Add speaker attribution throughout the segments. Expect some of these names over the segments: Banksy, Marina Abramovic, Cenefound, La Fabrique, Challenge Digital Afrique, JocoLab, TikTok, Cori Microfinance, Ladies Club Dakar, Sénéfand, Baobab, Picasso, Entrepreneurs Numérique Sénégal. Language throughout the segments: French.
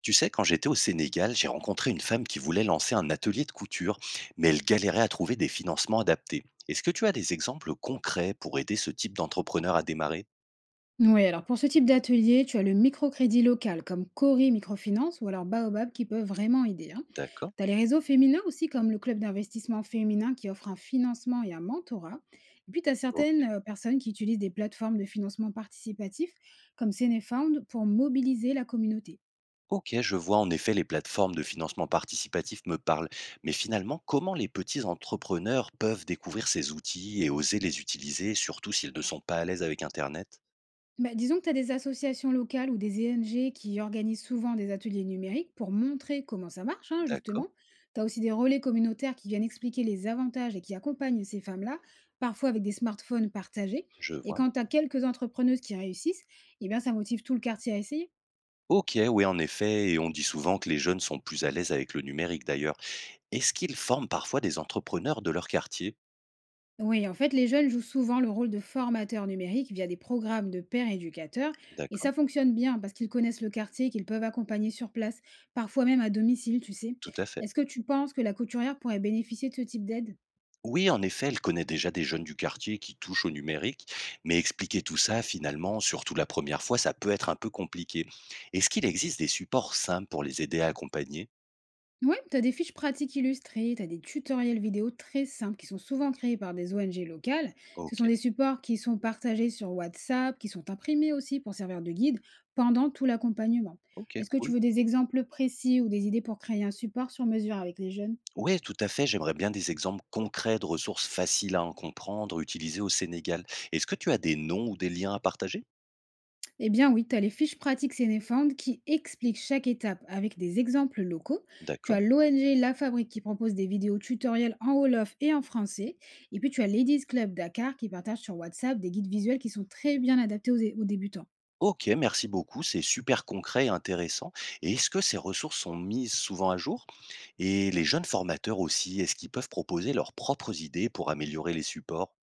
Speaker 1: Tu sais, quand j'étais au Sénégal, j'ai rencontré une femme qui voulait lancer un atelier de couture, mais elle galérait à trouver des financements adaptés. Est-ce que tu as des exemples concrets pour aider ce type d'entrepreneur à démarrer?
Speaker 2: Oui, alors pour ce type d'atelier, tu as le microcrédit local comme Cori Microfinance ou alors Baobab qui peuvent vraiment aider.
Speaker 1: D'accord.
Speaker 2: Tu as les réseaux féminins aussi comme le club d'investissement féminin qui offre un financement et un mentorat. Et puis tu as
Speaker 1: Ok.
Speaker 2: certaines personnes qui utilisent des plateformes de financement participatif comme Cenefound pour mobiliser la communauté.
Speaker 1: Ok, je vois, en effet les plateformes de financement participatif me parlent, mais finalement, comment les petits entrepreneurs peuvent découvrir ces outils et oser les utiliser, surtout s'ils ne sont pas à l'aise avec Internet?
Speaker 2: Bah, disons que tu as des associations locales ou des ENG qui organisent souvent des ateliers numériques pour montrer comment ça marche, hein,
Speaker 1: D'accord,
Speaker 2: justement. Tu as aussi des relais communautaires qui viennent expliquer les avantages et qui accompagnent ces femmes-là, parfois avec des smartphones partagés.
Speaker 1: je
Speaker 2: Et
Speaker 1: vois.
Speaker 2: quand tu as quelques entrepreneuses qui réussissent, eh bien, ça motive tout le quartier à essayer.
Speaker 1: Ok, oui, en effet, et on dit souvent que les jeunes sont plus à l'aise avec le numérique d'ailleurs. Est-ce qu'ils forment parfois des entrepreneurs de leur quartier?
Speaker 2: Oui, en fait, les jeunes jouent souvent le rôle de formateurs numériques via des programmes de pairs éducateurs. Et
Speaker 1: D'accord,
Speaker 2: ça fonctionne bien parce qu'ils connaissent le quartier, qu'ils peuvent accompagner sur place, parfois même à domicile, tu sais.
Speaker 1: tout à fait.
Speaker 2: Est-ce que tu penses que la couturière pourrait bénéficier de ce type d'aide?
Speaker 1: Oui, en effet, elle connaît déjà des jeunes du quartier qui touchent au numérique, mais expliquer tout ça, finalement, surtout la première fois, ça peut être un peu compliqué. Est-ce qu'il existe des supports simples pour les aider à accompagner?
Speaker 2: Oui, tu as des fiches pratiques illustrées, tu as des tutoriels vidéo très simples qui sont souvent créés par des ONG locales. Ce sont
Speaker 1: Ok.
Speaker 2: des supports qui sont partagés sur WhatsApp, qui sont imprimés aussi pour servir de guide pendant tout l'accompagnement.
Speaker 1: Ok,
Speaker 2: Est-ce que tu
Speaker 1: cool.
Speaker 2: veux des exemples précis ou des idées pour créer un support sur mesure avec les jeunes?
Speaker 1: Oui, tout à fait, j'aimerais bien des exemples concrets de ressources faciles à en comprendre, utilisées au Sénégal. Est-ce que tu as des noms ou des liens à partager?
Speaker 2: Eh bien oui, tu as les fiches pratiques Sénéfand qui expliquent chaque étape avec des exemples locaux. Tu
Speaker 1: D'accord.
Speaker 2: as l'ONG La Fabrique qui propose des vidéos tutoriels en Wolof et en français. Et puis tu as Ladies Club Dakar qui partage sur WhatsApp des guides visuels qui sont très bien adaptés aux débutants.
Speaker 1: OK, merci beaucoup, c'est super concret et intéressant. Et est-ce que ces ressources sont mises souvent à jour? Et les jeunes formateurs aussi, est-ce qu'ils peuvent proposer leurs propres idées pour améliorer les supports?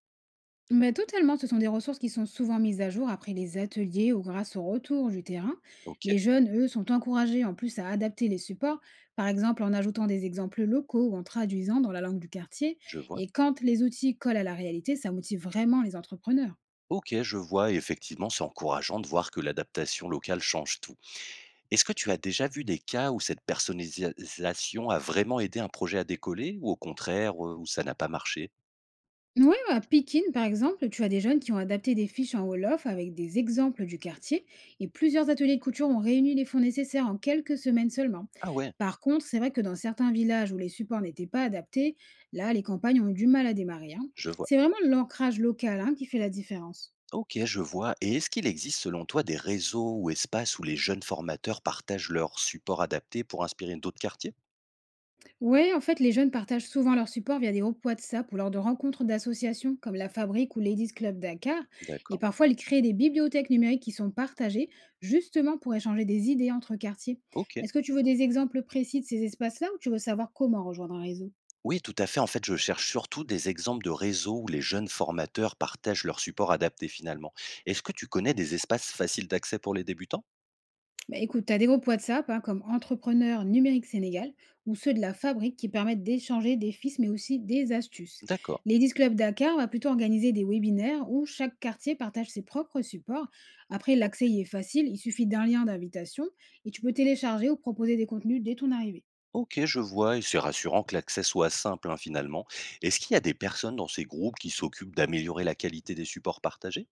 Speaker 2: Mais totalement, ce sont des ressources qui sont souvent mises à jour après les ateliers ou grâce au retour du terrain.
Speaker 1: OK,
Speaker 2: Les jeunes, eux, sont encouragés en plus à adapter les supports, par exemple en ajoutant des exemples locaux ou en traduisant dans la langue du quartier.
Speaker 1: je vois.
Speaker 2: Et quand les outils collent à la réalité, ça motive vraiment les entrepreneurs.
Speaker 1: OK, je vois, et effectivement, c'est encourageant de voir que l'adaptation locale change tout. Est-ce que tu as déjà vu des cas où cette personnalisation a vraiment aidé un projet à décoller, ou au contraire, où ça n'a pas marché?
Speaker 2: Oui, à Pékin, par exemple, tu as des jeunes qui ont adapté des fiches en Wolof avec des exemples du quartier et plusieurs ateliers de couture ont réuni les fonds nécessaires en quelques semaines seulement.
Speaker 1: Ah ouais,
Speaker 2: Par contre, c'est vrai que dans certains villages où les supports n'étaient pas adaptés, là, les campagnes ont eu du mal à démarrer, hein.
Speaker 1: je vois.
Speaker 2: C'est vraiment l'ancrage local, hein, qui fait la différence.
Speaker 1: Ok, je vois. Et est-ce qu'il existe selon toi des réseaux ou espaces où les jeunes formateurs partagent leurs supports adaptés pour inspirer d'autres quartiers?
Speaker 2: Ouais, en fait, les jeunes partagent souvent leur support via des groupes WhatsApp ou lors de rencontres d'associations comme la Fabrique ou Ladies Club Dakar. Et
Speaker 1: D'accord.
Speaker 2: parfois, ils créent des bibliothèques numériques qui sont partagées justement pour échanger des idées entre quartiers.
Speaker 1: Ok.
Speaker 2: Est-ce que tu veux des exemples précis de ces espaces-là ou tu veux savoir comment rejoindre un réseau?
Speaker 1: Oui, tout à fait. En fait, je cherche surtout des exemples de réseaux où les jeunes formateurs partagent leurs supports adaptés finalement. Est-ce que tu connais des espaces faciles d'accès pour les débutants?
Speaker 2: Bah, écoute, tu as des groupes WhatsApp, hein, comme Entrepreneurs Numérique Sénégal ou ceux de la fabrique qui permettent d'échanger des fils mais aussi des astuces.
Speaker 1: D'accord.
Speaker 2: Ladies Club Dakar va plutôt organiser des webinaires où chaque quartier partage ses propres supports. Après,
Speaker 1: Ok.
Speaker 2: l'accès y est facile, il suffit d'un lien d'invitation et tu peux télécharger ou proposer des contenus dès ton arrivée.
Speaker 1: Ok, je vois. Et c'est rassurant que l'accès soit simple hein, finalement. Est-ce qu'il y a des personnes dans ces groupes qui s'occupent d'améliorer la qualité des supports partagés?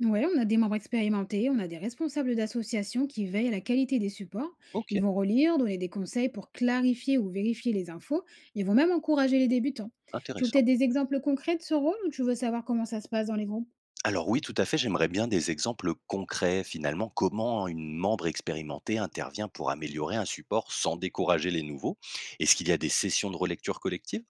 Speaker 2: Oui, on a des membres expérimentés, on a des responsables d'associations qui veillent à la qualité des supports.
Speaker 1: Ok,
Speaker 2: Ils vont relire, donner des conseils pour clarifier ou vérifier les infos. Ils vont même encourager les débutants. Tu veux
Speaker 1: intéressant.
Speaker 2: peut-être des exemples concrets de ce rôle ou tu veux savoir comment ça se passe dans les groupes?
Speaker 1: Alors oui, tout à fait, j'aimerais bien des exemples concrets. Finalement, comment une membre expérimentée intervient pour améliorer un support sans décourager les nouveaux? Est-ce qu'il y a des sessions de relecture collective?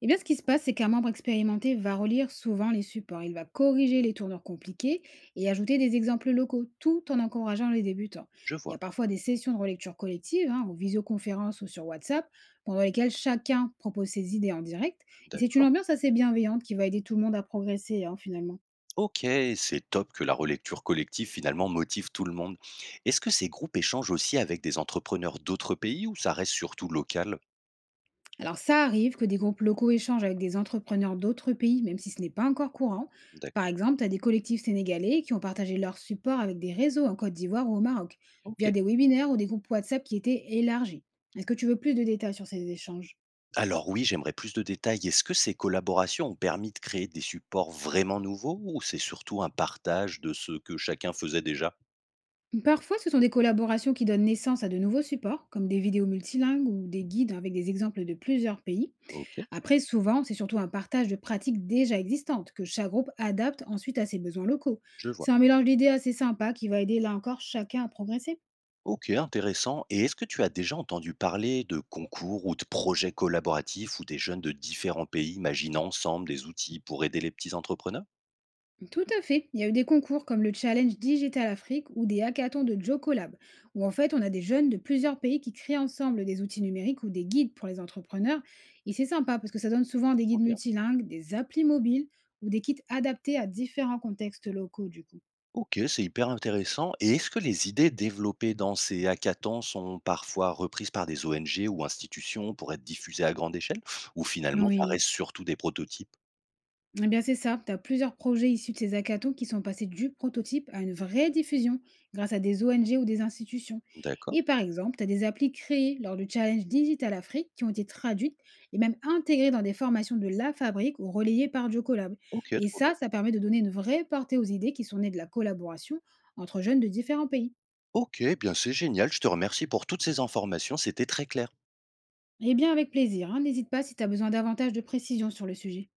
Speaker 2: Eh bien, ce qui se passe, c'est qu'un membre expérimenté va relire souvent les supports. Il va corriger les tournures compliquées et ajouter des exemples locaux, tout en encourageant les débutants.
Speaker 1: Je
Speaker 2: Il y a
Speaker 1: vois,
Speaker 2: parfois des sessions de relecture collective, hein, en visioconférence ou sur WhatsApp, pendant lesquelles chacun propose ses idées en direct. Et c'est une
Speaker 1: d'accord.
Speaker 2: ambiance assez bienveillante qui va aider tout le monde à progresser, hein, finalement.
Speaker 1: Ok, c'est top que la relecture collective finalement motive tout le monde. Est-ce que ces groupes échangent aussi avec des entrepreneurs d'autres pays ou ça reste surtout local?
Speaker 2: Alors ça arrive que des groupes locaux échangent avec des entrepreneurs d'autres pays, même si ce n'est pas encore courant. Par
Speaker 1: D'accord.
Speaker 2: exemple, tu as des collectifs sénégalais qui ont partagé leur support avec des réseaux en Côte d'Ivoire ou au Maroc,
Speaker 1: Ok.
Speaker 2: via des webinaires ou des groupes WhatsApp qui étaient élargis. Est-ce que tu veux plus de détails sur ces échanges?
Speaker 1: Alors oui, j'aimerais plus de détails. Est-ce que ces collaborations ont permis de créer des supports vraiment nouveaux ou c'est surtout un partage de ce que chacun faisait déjà?
Speaker 2: Parfois, ce sont des collaborations qui donnent naissance à de nouveaux supports, comme des vidéos multilingues ou des guides avec des exemples de plusieurs pays.
Speaker 1: OK,
Speaker 2: Après, souvent, c'est surtout un partage de pratiques déjà existantes que chaque groupe adapte ensuite à ses besoins locaux.
Speaker 1: je vois.
Speaker 2: C'est un mélange d'idées assez sympa qui va aider là encore chacun à progresser.
Speaker 1: OK, intéressant. Et est-ce que tu as déjà entendu parler de concours ou de projets collaboratifs où des jeunes de différents pays imaginent ensemble des outils pour aider les petits entrepreneurs?
Speaker 2: Tout à fait. Il y a eu des concours comme le Challenge Digital Afrique ou des hackathons de JocoLab, où en fait on a des jeunes de plusieurs pays qui créent ensemble des outils numériques ou des guides pour les entrepreneurs. Et c'est sympa parce que ça donne souvent des
Speaker 1: Trop
Speaker 2: guides
Speaker 1: bien.
Speaker 2: multilingues, des applis mobiles ou des kits adaptés à différents contextes locaux du coup.
Speaker 1: OK, c'est hyper intéressant. Et est-ce que les idées développées dans ces hackathons sont parfois reprises par des ONG ou institutions pour être diffusées à grande échelle? Ou finalement, ça
Speaker 2: Oui,
Speaker 1: reste surtout des prototypes?
Speaker 2: eh bien, c'est ça. Tu as plusieurs projets issus de ces hackathons qui sont passés du prototype à une vraie diffusion grâce à des ONG ou des institutions.
Speaker 1: D'accord.
Speaker 2: Et par exemple, tu as des applis créées lors du Challenge Digital Afrique qui ont été traduites et même intégrées dans des formations de la fabrique ou relayées par Jocolab.
Speaker 1: OK,
Speaker 2: Et
Speaker 1: trop bien.
Speaker 2: ça permet de donner une vraie portée aux idées qui sont nées de la collaboration entre jeunes de différents pays.
Speaker 1: OK, eh bien c'est génial. Je te remercie pour toutes ces informations. C'était très clair.
Speaker 2: Eh bien, avec plaisir, hein. N'hésite pas si tu as besoin davantage de précision sur le sujet.